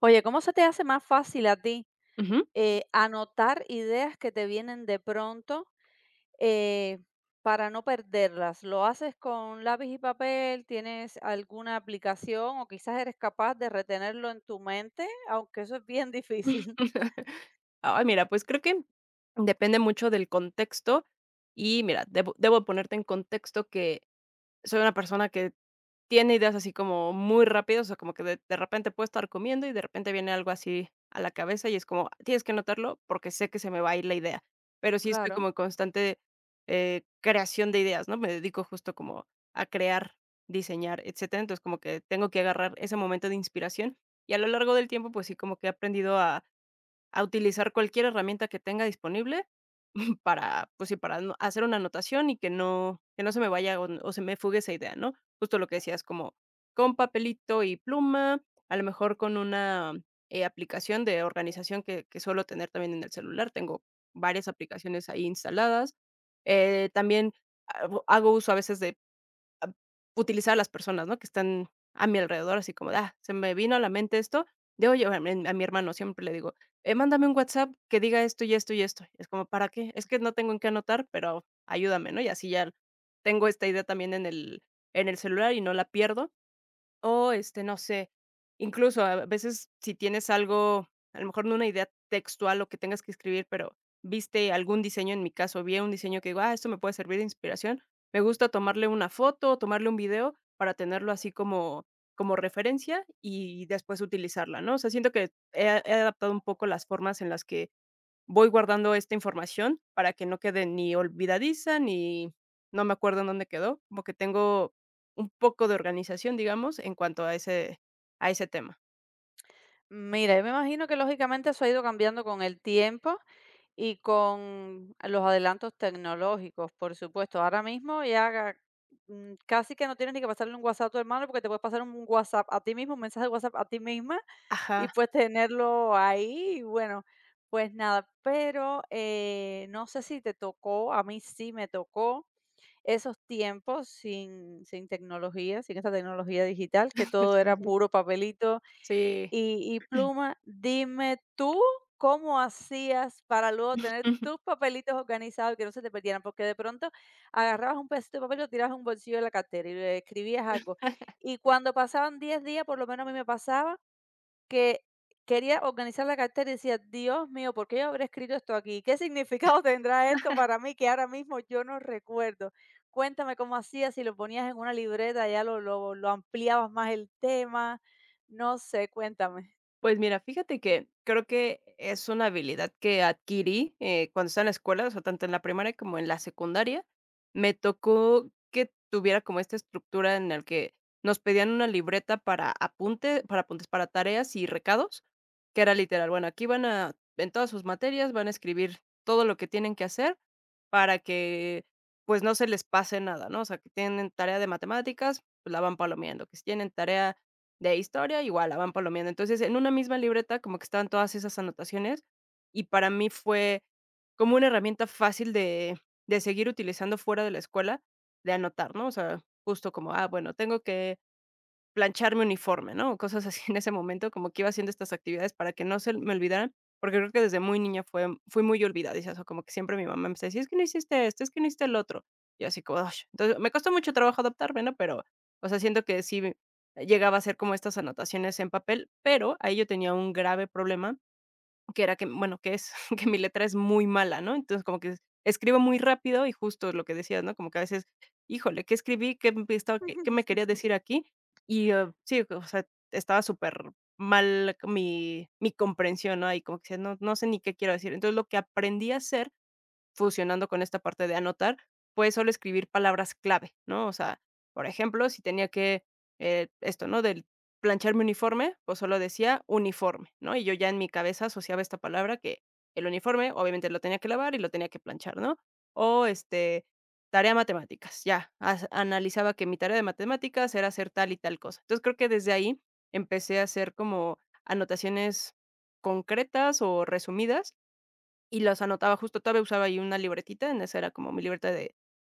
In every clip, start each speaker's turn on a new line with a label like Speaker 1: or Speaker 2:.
Speaker 1: Oye, ¿cómo se te hace más fácil a ti,
Speaker 2: Ujú.
Speaker 1: anotar ideas que te vienen de pronto, eh, para no perderlas? ¿Lo haces con lápiz y papel? ¿Tienes alguna aplicación o quizás eres capaz de retenerlo en tu mente? Aunque eso es bien difícil.
Speaker 2: Ay, mira, pues creo que depende mucho del contexto y mira, debo ponerte en contexto que soy una persona que tiene ideas así como muy rápidas, o sea, como que de repente puedo estar comiendo y de repente viene algo así a la cabeza y es como, tienes que anotarlo porque sé que se me va a ir la idea. Pero sí estoy
Speaker 1: Claro.
Speaker 2: como en constante, creación de ideas, ¿no? Me dedico justo como a crear, diseñar, etcétera. Entonces, como que tengo que agarrar ese momento de inspiración y a lo largo del tiempo, pues sí, como que he aprendido a utilizar cualquier herramienta que tenga disponible para, pues sí, para no- hacer una anotación y que no se me vaya o se me fugue esa idea, ¿no? Justo lo que decías, como con papelito y pluma, a lo mejor con una aplicación de organización que suelo tener también en el celular. Tengo varias aplicaciones ahí instaladas. También hago uso a veces de Am, utilizar a las personas, ¿no?, que están a mi alrededor, así como de: "Ah, se me vino a la mente esto", de oye, a mi hermano siempre le digo: Mándame un WhatsApp que diga esto y esto y esto". Es como: "¿Para qué?". "Es que no tengo en qué anotar, pero ayúdame", ¿no? Y así ya tengo esta idea también en el celular y no la pierdo. O, este, no sé, incluso a veces si tienes algo, a lo mejor no una idea textual, lo que tengas que escribir, pero viste algún diseño, en mi caso, vi un diseño que digo: "Ah, esto me puede servir de inspiración". Me gusta tomarle una foto, o tomarle un video para tenerlo así como referencia y después utilizarla, ¿no? O sea, siento que he adaptado un poco las formas en las que voy guardando esta información para que no quede ni olvidadiza, ni no me acuerdo en dónde quedó, como que tengo un poco de organización, digamos, en cuanto a ese tema.
Speaker 1: Mira, yo me imagino que lógicamente eso ha ido cambiando con el tiempo. Y con los adelantos tecnológicos, por supuesto. Ahora mismo ya casi que no tienes ni que pasarle un WhatsApp a tu hermano porque te puedes pasar un WhatsApp a ti mismo, un mensaje de WhatsApp a ti misma y
Speaker 2: Ajá.
Speaker 1: puedes tenerlo ahí. Y bueno, pues nada, pero no sé si te tocó, a mí sí me tocó esos tiempos sin tecnología, sin esta tecnología digital, que todo
Speaker 2: Sí,
Speaker 1: era puro papelito,
Speaker 2: sí, sí.
Speaker 1: y pluma, dime tú, ¿cómo hacías para luego tener
Speaker 2: Sí.
Speaker 1: tus papelitos organizados y que no se te perdieran? Porque de pronto agarrabas un pedacito de papel, lo tirabas a un bolsillo de la cartera y le escribías algo. Y cuando pasaban 10 días, por lo menos a mí me pasaba que quería organizar la cartera y decía: "Dios mío, ¿por qué yo habré escrito esto aquí? ¿Qué significado tendrá esto para mí que ahora mismo yo no recuerdo?". Cuéntame cómo hacías, si lo ponías en una libreta, ya lo ampliabas más el tema, no sé, cuéntame.
Speaker 2: Pues mira, fíjate que creo que es una habilidad que adquirí cuando estaba en la escuela, o sea, tanto en la primaria como en la secundaria. Me tocó que tuviera como esta estructura en el que nos pedían una libreta para apuntes para tareas y recados, que era literal, bueno, en todas sus materias van a escribir todo lo que tienen que hacer para que pues no se les pase nada, ¿no? O sea, que tienen tarea de matemáticas, pues la van palomeando, que si tienen tarea de historia igual, la van palomeando. Entonces, en una misma libreta como que estaban todas esas anotaciones, y para mí fue como una herramienta fácil de seguir utilizando fuera de la escuela, de anotar, ¿no? O sea, justo como, ah, bueno, tengo que planchar mi uniforme, ¿no? O cosas así en ese momento, como que iba haciendo estas actividades para que no se me olvidaran, porque creo que desde muy niña fue fui muy olvidadiza, o sea, como que siempre mi mamá me decía: Es que no hiciste esto, es que no hiciste el otro", y así como, ¡ay! Entonces, me costó mucho trabajo adaptarme, ¿no? Pero, o sea, siento que sí llegaba a hacer como estas anotaciones en papel, pero ahí yo tenía un grave problema que era que bueno, que es que mi letra es muy mala, ¿no? Entonces, como que escribo muy rápido y justo lo que decías, ¿no? Como que a veces, híjole, ¿qué escribí? ¿Qué me estaba qué me quería decir aquí? Y, ah, sí, o sea, estaba súper mal mi comprensión, ¿no? Ahí como que decía: "No, no sé ni qué quiero decir". Entonces, lo que aprendí a hacer fusionando con esta parte de anotar, pues solo escribir palabras clave, ¿no? O sea, por ejemplo, si tenía que, esto, ¿no? Del planchar mi uniforme, pues solo decía uniforme, ¿no? Y yo ya en mi cabeza asociaba esta palabra que el uniforme, obviamente, lo tenía que lavar y lo tenía que planchar, ¿no? O este, tarea matemáticas, ya, analizaba que mi tarea de matemáticas era hacer tal y tal cosa. Entonces creo que desde ahí empecé a hacer como anotaciones concretas o resumidas y los anotaba, justo todavía usaba ahí una libretita, en esa era como mi libreta de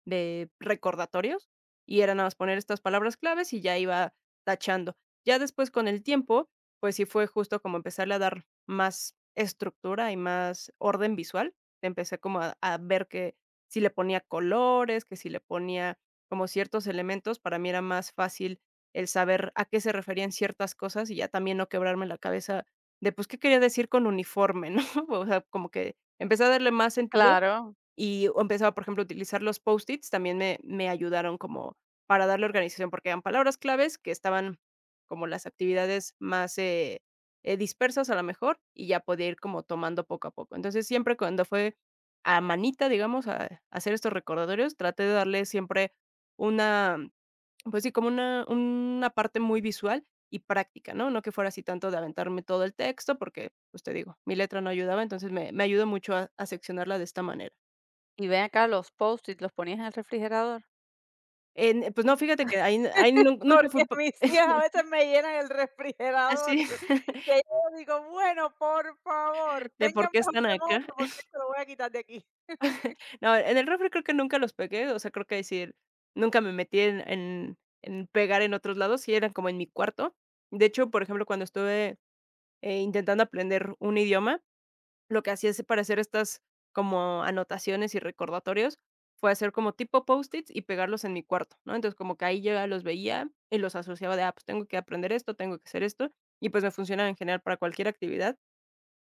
Speaker 2: recordatorios, y era nada más poner estas palabras claves y ya iba tachando. Ya después con el tiempo, pues sí fue justo como empezarle a dar más estructura y más orden visual. Empecé como a ver que si le ponía colores, que si le ponía como ciertos elementos, para mí era más fácil el saber a qué se referían ciertas cosas y ya también no quebrarme la cabeza de, pues, ¿qué quería decir con uniforme, no? O sea, como que empecé a darle más sentido
Speaker 1: Claro,
Speaker 2: y empezaba, por ejemplo, a utilizar los Post-its, también me ayudaron como para darle organización, porque eran palabras claves que estaban como las actividades más, dispersas a lo mejor, y ya podía ir como tomando poco a poco. Entonces, siempre cuando fue a manita, digamos, a hacer estos recordatorios, traté de darle siempre una pues sí, como una parte muy visual y práctica, ¿no? No que fuera así tanto de aventarme todo el texto, porque, pues, te digo, mi letra no ayudaba, entonces me ayudó mucho a seccionarla de esta manera.
Speaker 1: y ven acá, los Post-it, ¿los ponías en el refrigerador?
Speaker 2: En Pues no, fíjate que ahí nunca fui
Speaker 1: Porque
Speaker 2: po
Speaker 1: mis hijas a veces me llenan el refrigerador,
Speaker 2: así
Speaker 1: que yo digo: "Bueno, por favor,
Speaker 2: de por
Speaker 1: tengan
Speaker 2: qué
Speaker 1: mejor
Speaker 2: están acá.
Speaker 1: memoria porque esto lo voy a quitar de aquí".
Speaker 2: No, en el refri creo que nunca los pegué, o sea, creo que decir, nunca me metí en pegar en otros lados, sí eran como en mi cuarto. De hecho, por ejemplo, cuando estuve, intentando aprender un idioma. Lo que hacía es para hacer estas como anotaciones y recordatorios, fue hacer como tipo Post-its y pegarlos en mi cuarto, ¿no? Entonces, como que ahí yo ya los veía y los asociaba de, ah, pues tengo que aprender esto, tengo que hacer esto, y pues me funciona en general para cualquier actividad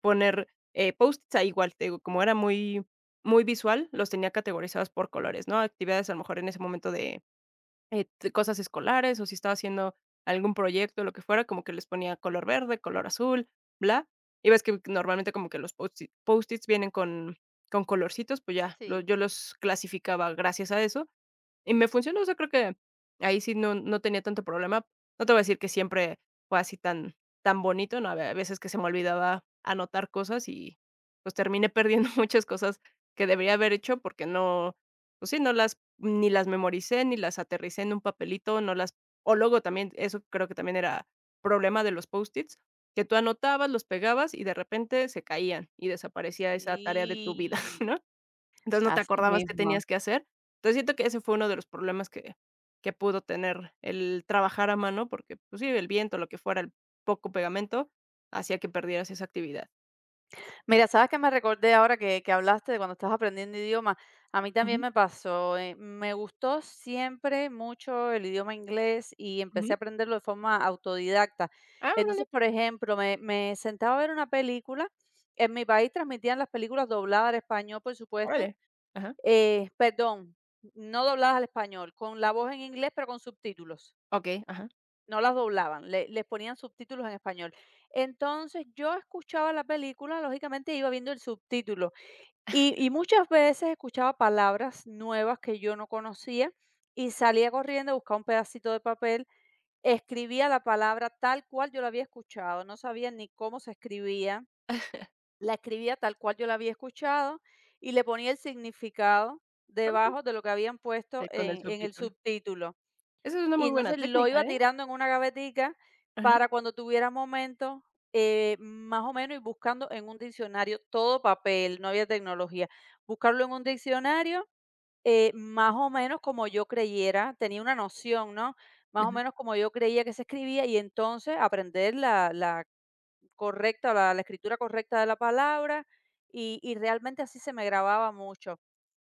Speaker 2: poner, Post-its ahí igual, te digo, como era muy visual, los tenía categorizados por colores, ¿no? Actividades a lo mejor en ese momento de t cosas escolares, o si estaba haciendo algún proyecto, lo que fuera, como que les ponía color verde, color azul, bla. Y ves que normalmente como que los Post-its vienen con colorcitos, pues ya, lo
Speaker 1: Sí,
Speaker 2: yo los clasificaba gracias a eso. Y me funcionó, o sea, creo que ahí sí no tenía tanto problema. No te voy a decir que siempre fue así tan tan bonito, no, había veces que se me olvidaba anotar cosas y, pues, terminé perdiendo muchas cosas que debería haber hecho porque no, pues sí, no las ni las memoricé, ni las aterricé en un papelito, no las o luego también, eso creo que también era problema de los Post-its, que tú anotabas, los pegabas y de repente se caían y desaparecía esa tarea de tu vida,
Speaker 1: sí,
Speaker 2: ¿no? Entonces, no te
Speaker 1: así
Speaker 2: acordabas qué
Speaker 1: mismo.
Speaker 2: tenías que hacer. Entonces, siento que ese fue uno de los problemas que pudo tener el trabajar a mano, porque, pues sí, el viento, lo que fuera, el poco pegamento, hacía que perdieras esa actividad.
Speaker 1: Mira, sabes que me recordé ahora que hablaste de cuando estás aprendiendo idioma. A mí también
Speaker 2: Ujú,
Speaker 1: me pasó. Me gustó siempre mucho el idioma inglés y empecé a
Speaker 2: ujú.
Speaker 1: aprenderlo de forma autodidacta.
Speaker 2: Ah, órale,
Speaker 1: Entonces, por ejemplo, me sentaba a ver una película. En mi país transmitían las películas dobladas al español, por supuesto.
Speaker 2: órale. Ajá.
Speaker 1: Perdón, no dobladas al español, con la voz en inglés, pero con subtítulos.
Speaker 2: Okey, ajá.
Speaker 1: No las doblaban, les ponían subtítulos en español. Entonces yo escuchaba la película, lógicamente iba viendo el subtítulo y muchas veces escuchaba palabras nuevas que yo no conocía y salía corriendo, buscaba un pedacito de papel, escribía la palabra tal cual yo la había escuchado, no sabía ni cómo se escribía, la escribía tal cual yo la había escuchado y le ponía el significado debajo de lo que habían puesto
Speaker 2: Con el
Speaker 1: en el
Speaker 2: subtítulo.
Speaker 1: subtítulo.
Speaker 2: Esa es una
Speaker 1: Y
Speaker 2: muy buena
Speaker 1: entonces lo
Speaker 2: técnica,
Speaker 1: iba
Speaker 2: ¿eh?
Speaker 1: tirando en una gavetica
Speaker 2: Ajá,
Speaker 1: para cuando tuviera momento, más o menos y buscando en un diccionario, todo papel, no había tecnología. Buscarlo en un diccionario, más o menos como yo creyera, tenía una noción, ¿no? Más o
Speaker 2: ajá.
Speaker 1: menos como yo creía que se escribía y entonces aprender la correcta, la escritura correcta de la palabra y realmente así se me grababa mucho.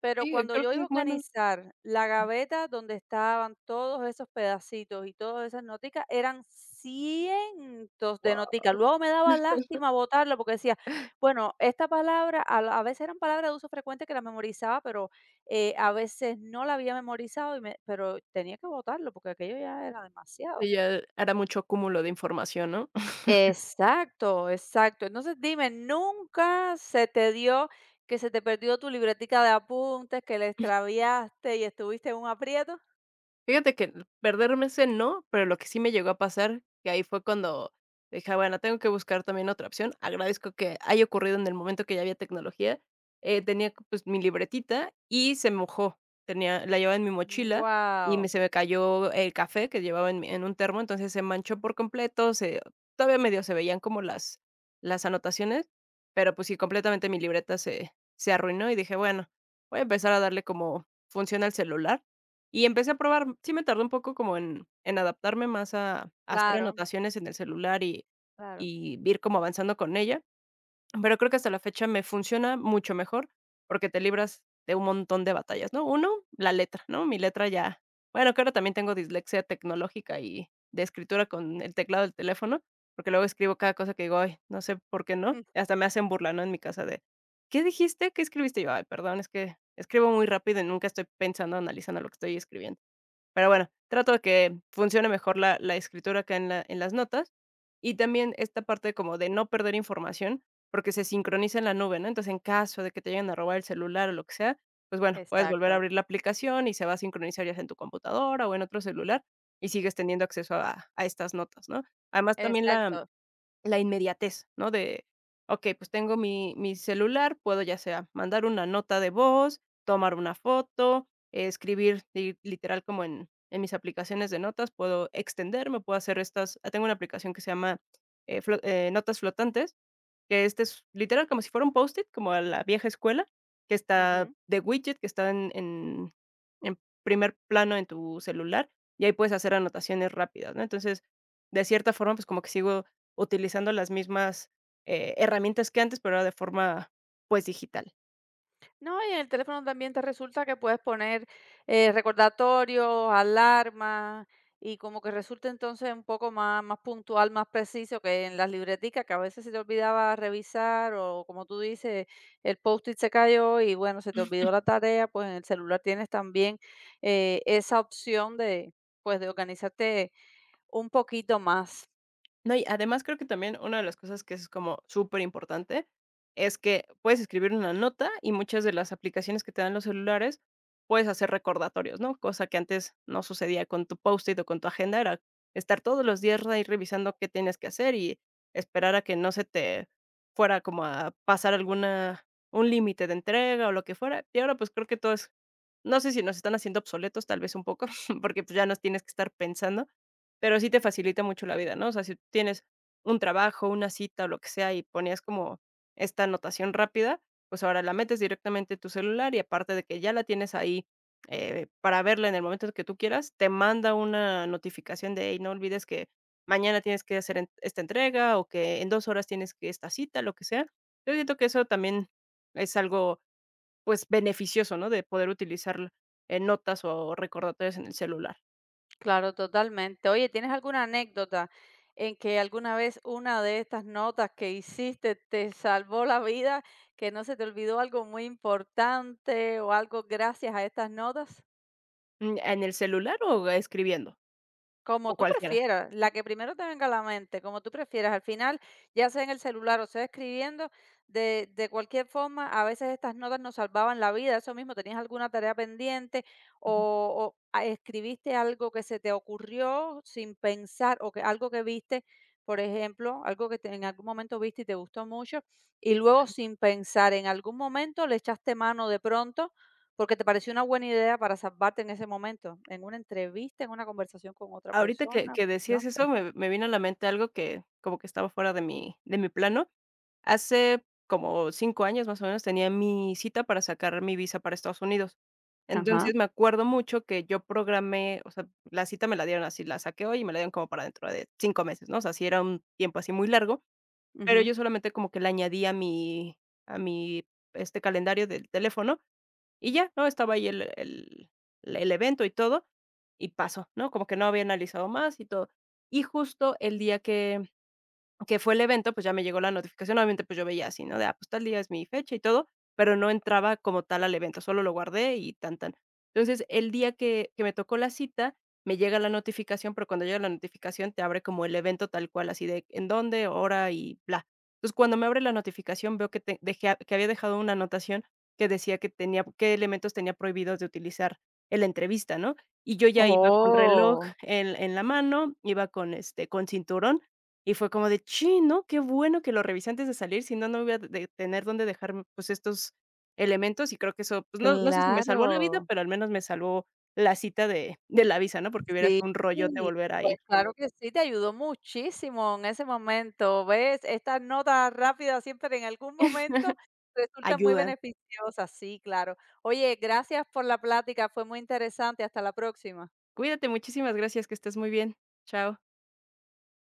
Speaker 1: Pero
Speaker 2: Sí,
Speaker 1: cuando
Speaker 2: creo
Speaker 1: yo
Speaker 2: que sí
Speaker 1: iba a
Speaker 2: es bueno.
Speaker 1: organizar la gaveta donde estaban todos esos pedacitos y todas esas noticas, eran cientos de
Speaker 2: Guau.
Speaker 1: noticas. Luego me daba lástima botarlo porque decía, bueno, esta palabra, a, a veces eran palabras de uso frecuente que las memorizaba, pero a veces no la había memorizado, pero tenía que botarlo porque aquello ya era demasiado.
Speaker 2: Sí, ya hará mucho cúmulo de información, ¿no?
Speaker 1: Exacto, exacto. Entonces dime, ¿nunca se te dio que se te perdió tu libretica de apuntes, que la extraviaste y estuviste en un aprieto?
Speaker 2: Fíjate que perderme ese no, pero lo que sí me llegó a pasar, que ahí fue cuando dije: "Ah, bueno, tengo que buscar también otra opción". Agradezco que haya ocurrido en el momento que ya había tecnología, tenía, pues, mi libretita y se mojó. Tenía la Llevaba en mi mochila y me
Speaker 1: Wow.
Speaker 2: se me cayó el café que llevaba en un termo, entonces se manchó por completo, se todavía medio se veían como las anotaciones, pero, pues sí, completamente mi libreta se arruinó y dije: "Bueno, voy a empezar a darle como funciona el celular". Y empecé a probar, sí me tardó un poco como en adaptarme más a hacer
Speaker 1: Claro,
Speaker 2: anotaciones en el celular
Speaker 1: claro.
Speaker 2: y ir como avanzando con ella, pero creo que hasta la fecha me funciona mucho mejor, porque te libras de un montón de batallas, ¿no? Uno la letra, ¿no? Mi letra ya bueno, que ahora también tengo dislexia tecnológica y de escritura con el teclado del teléfono, porque luego escribo cada cosa que digo: "Ay, no sé por qué no", hasta me hacen burla, ¿no? En mi casa de: "¿Qué dijiste? "¿Qué escribiste?" Y yo: "Ay, perdón, es que escribo muy rápido y nunca estoy pensando, analizando lo que estoy escribiendo". Pero bueno, trato de que funcione mejor la escritura acá en la en las notas, y también esta parte como de no perder información, porque se sincroniza en la nube, ¿no? Entonces, en caso de que te lleguen a robar el celular o lo que sea, pues bueno, puedes volver a
Speaker 1: Exacto,
Speaker 2: abrir la aplicación y se va a sincronizar ya sea en tu computadora o en otro celular, y sigues teniendo acceso a estas notas, ¿no? Además, también la
Speaker 1: exacto.
Speaker 2: la inmediatez, ¿no? De, okey, pues tengo mi celular, puedo ya sea mandar una nota de voz, tomar una foto, escribir li literal como en mis aplicaciones de notas, puedo extenderme, puedo hacer tengo una aplicación que se llama, flo notas flotantes, que este es literal como si fuera un Post-it, como a la vieja escuela, que está de widget, que está en primer plano en tu celular, y ahí puedes hacer anotaciones rápidas, ¿no? Entonces, de cierta forma, pues, como que sigo utilizando las mismas, herramientas que antes, pero ahora de forma, pues, digital.
Speaker 1: No, y en el teléfono también te resulta que puedes poner recordatorios, alarmas, y como que resulta entonces un poco más puntual, más preciso que en las libreticas, que a veces se te olvidaba revisar, o como tú dices, el post-it se cayó y bueno, se te olvidó la tarea, pues en el celular tienes también esa opción de, pues, de organizarte un poquito más.
Speaker 2: No, y además creo que también una de las cosas que es como súper importante es que puedes escribir una nota y muchas de las aplicaciones que te dan los celulares puedes hacer recordatorios, ¿no? Cosa que antes no sucedía con tu post-it o con tu agenda, era estar todos los días ahí revisando qué tienes que hacer y esperar a que no se te fuera como a pasar alguna un límite de entrega o lo que fuera. Y ahora pues creo que todo es no sé si nos están haciendo obsoletos, tal vez un poco, porque pues ya nos tienes que estar pensando, pero sí te facilita mucho la vida, ¿no? O sea, si tienes un trabajo, una cita o lo que sea, y ponías como esta anotación rápida, pues ahora la metes directamente a tu celular y aparte de que ya la tienes ahí, para verla en el momento que tú quieras, te manda una notificación de: "Hey, no olvides que mañana tienes que hacer en esta entrega o que en 2 horas tienes que esta cita", lo que sea. Yo siento que eso también es algo, pues, beneficioso, ¿no? De poder utilizar, notas o recordatorios en el celular.
Speaker 1: Claro, totalmente. Oye, ¿tienes alguna anécdota en que alguna vez una de estas notas que hiciste te salvó la vida, que no se te olvidó algo muy importante o algo gracias a estas notas?
Speaker 2: Mm, ¿en el celular o escribiendo?
Speaker 1: Como
Speaker 2: O
Speaker 1: tú
Speaker 2: cualquiera.
Speaker 1: prefieras, la que primero te venga a la mente, como tú prefieras. Al final, ya sea en el celular o sea escribiendo, de cualquier forma, a veces estas notas nos salvaban la vida. Eso mismo, tenías alguna tarea pendiente
Speaker 2: Ujú.
Speaker 1: o, escribiste algo que se te ocurrió sin pensar o que algo que viste, por ejemplo, algo que en algún momento viste y te gustó mucho y luego sin pensar, en algún momento le echaste mano de pronto porque te pareció una buena idea para salvarte en ese momento, en una entrevista, en una conversación con otra
Speaker 2: Ahorita que
Speaker 1: persona,
Speaker 2: que
Speaker 1: pues, no
Speaker 2: decías
Speaker 1: sé.
Speaker 2: eso, me vino a la mente algo que como que estaba fuera de mi plano. Hace como 5 años, más o menos, tenía mi cita para sacar mi visa para Estados Unidos.
Speaker 1: Ajá,
Speaker 2: Entonces, me acuerdo mucho que yo programé, o sea, la cita me la dieron así, la saqué hoy y me la dieron como para dentro de 5 meses, ¿no? O sea, sí era un tiempo así muy largo, pero
Speaker 1: ujú.
Speaker 2: yo solamente como que la añadí a mi, calendario del teléfono. Y ya, ¿no? Estaba ahí el evento y todo, y pasó, ¿no? Como que no había analizado más y todo. Y justo el día que fue el evento, pues, ya me llegó la notificación, obviamente, pues, yo veía así, ¿no? De, ah, pues, tal día es mi fecha y todo, pero no entraba como tal al evento, solo lo guardé y tan, tan. Entonces, el día que me tocó la cita, me llega la notificación, pero cuando llega la notificación te abre como el evento tal cual, así de en dónde, hora y bla. Entonces, cuando me abre la notificación, veo que te dejé a que había dejado una anotación que decía que tenía qué elementos tenía prohibidos de utilizar en la entrevista, ¿no? Y yo ya iba con reloj
Speaker 1: Oh,
Speaker 2: en la mano, iba con cinturón y fue como de: "Chin, ¿no? Qué bueno que lo revisé antes de salir, si no, no voy a de tener dónde dejar, pues, estos elementos", y creo que eso, pues, no sé si me salvó la vida,
Speaker 1: claro.
Speaker 2: pero al menos me salvó la cita de la visa, ¿no? Porque hubiera
Speaker 1: Sí,
Speaker 2: sido un rollote volver a
Speaker 1: pues
Speaker 2: ir.
Speaker 1: claro que sí, te ayudó muchísimo en ese momento, ¿ves? Estas notas rápidas siempre en algún momento resultan muy
Speaker 2: Ayudan.
Speaker 1: beneficiosas, sí, claro. Oye, gracias por la plática, fue muy interesante, hasta la próxima.
Speaker 2: Cuídate, muchísimas gracias, que estés muy bien. Chao.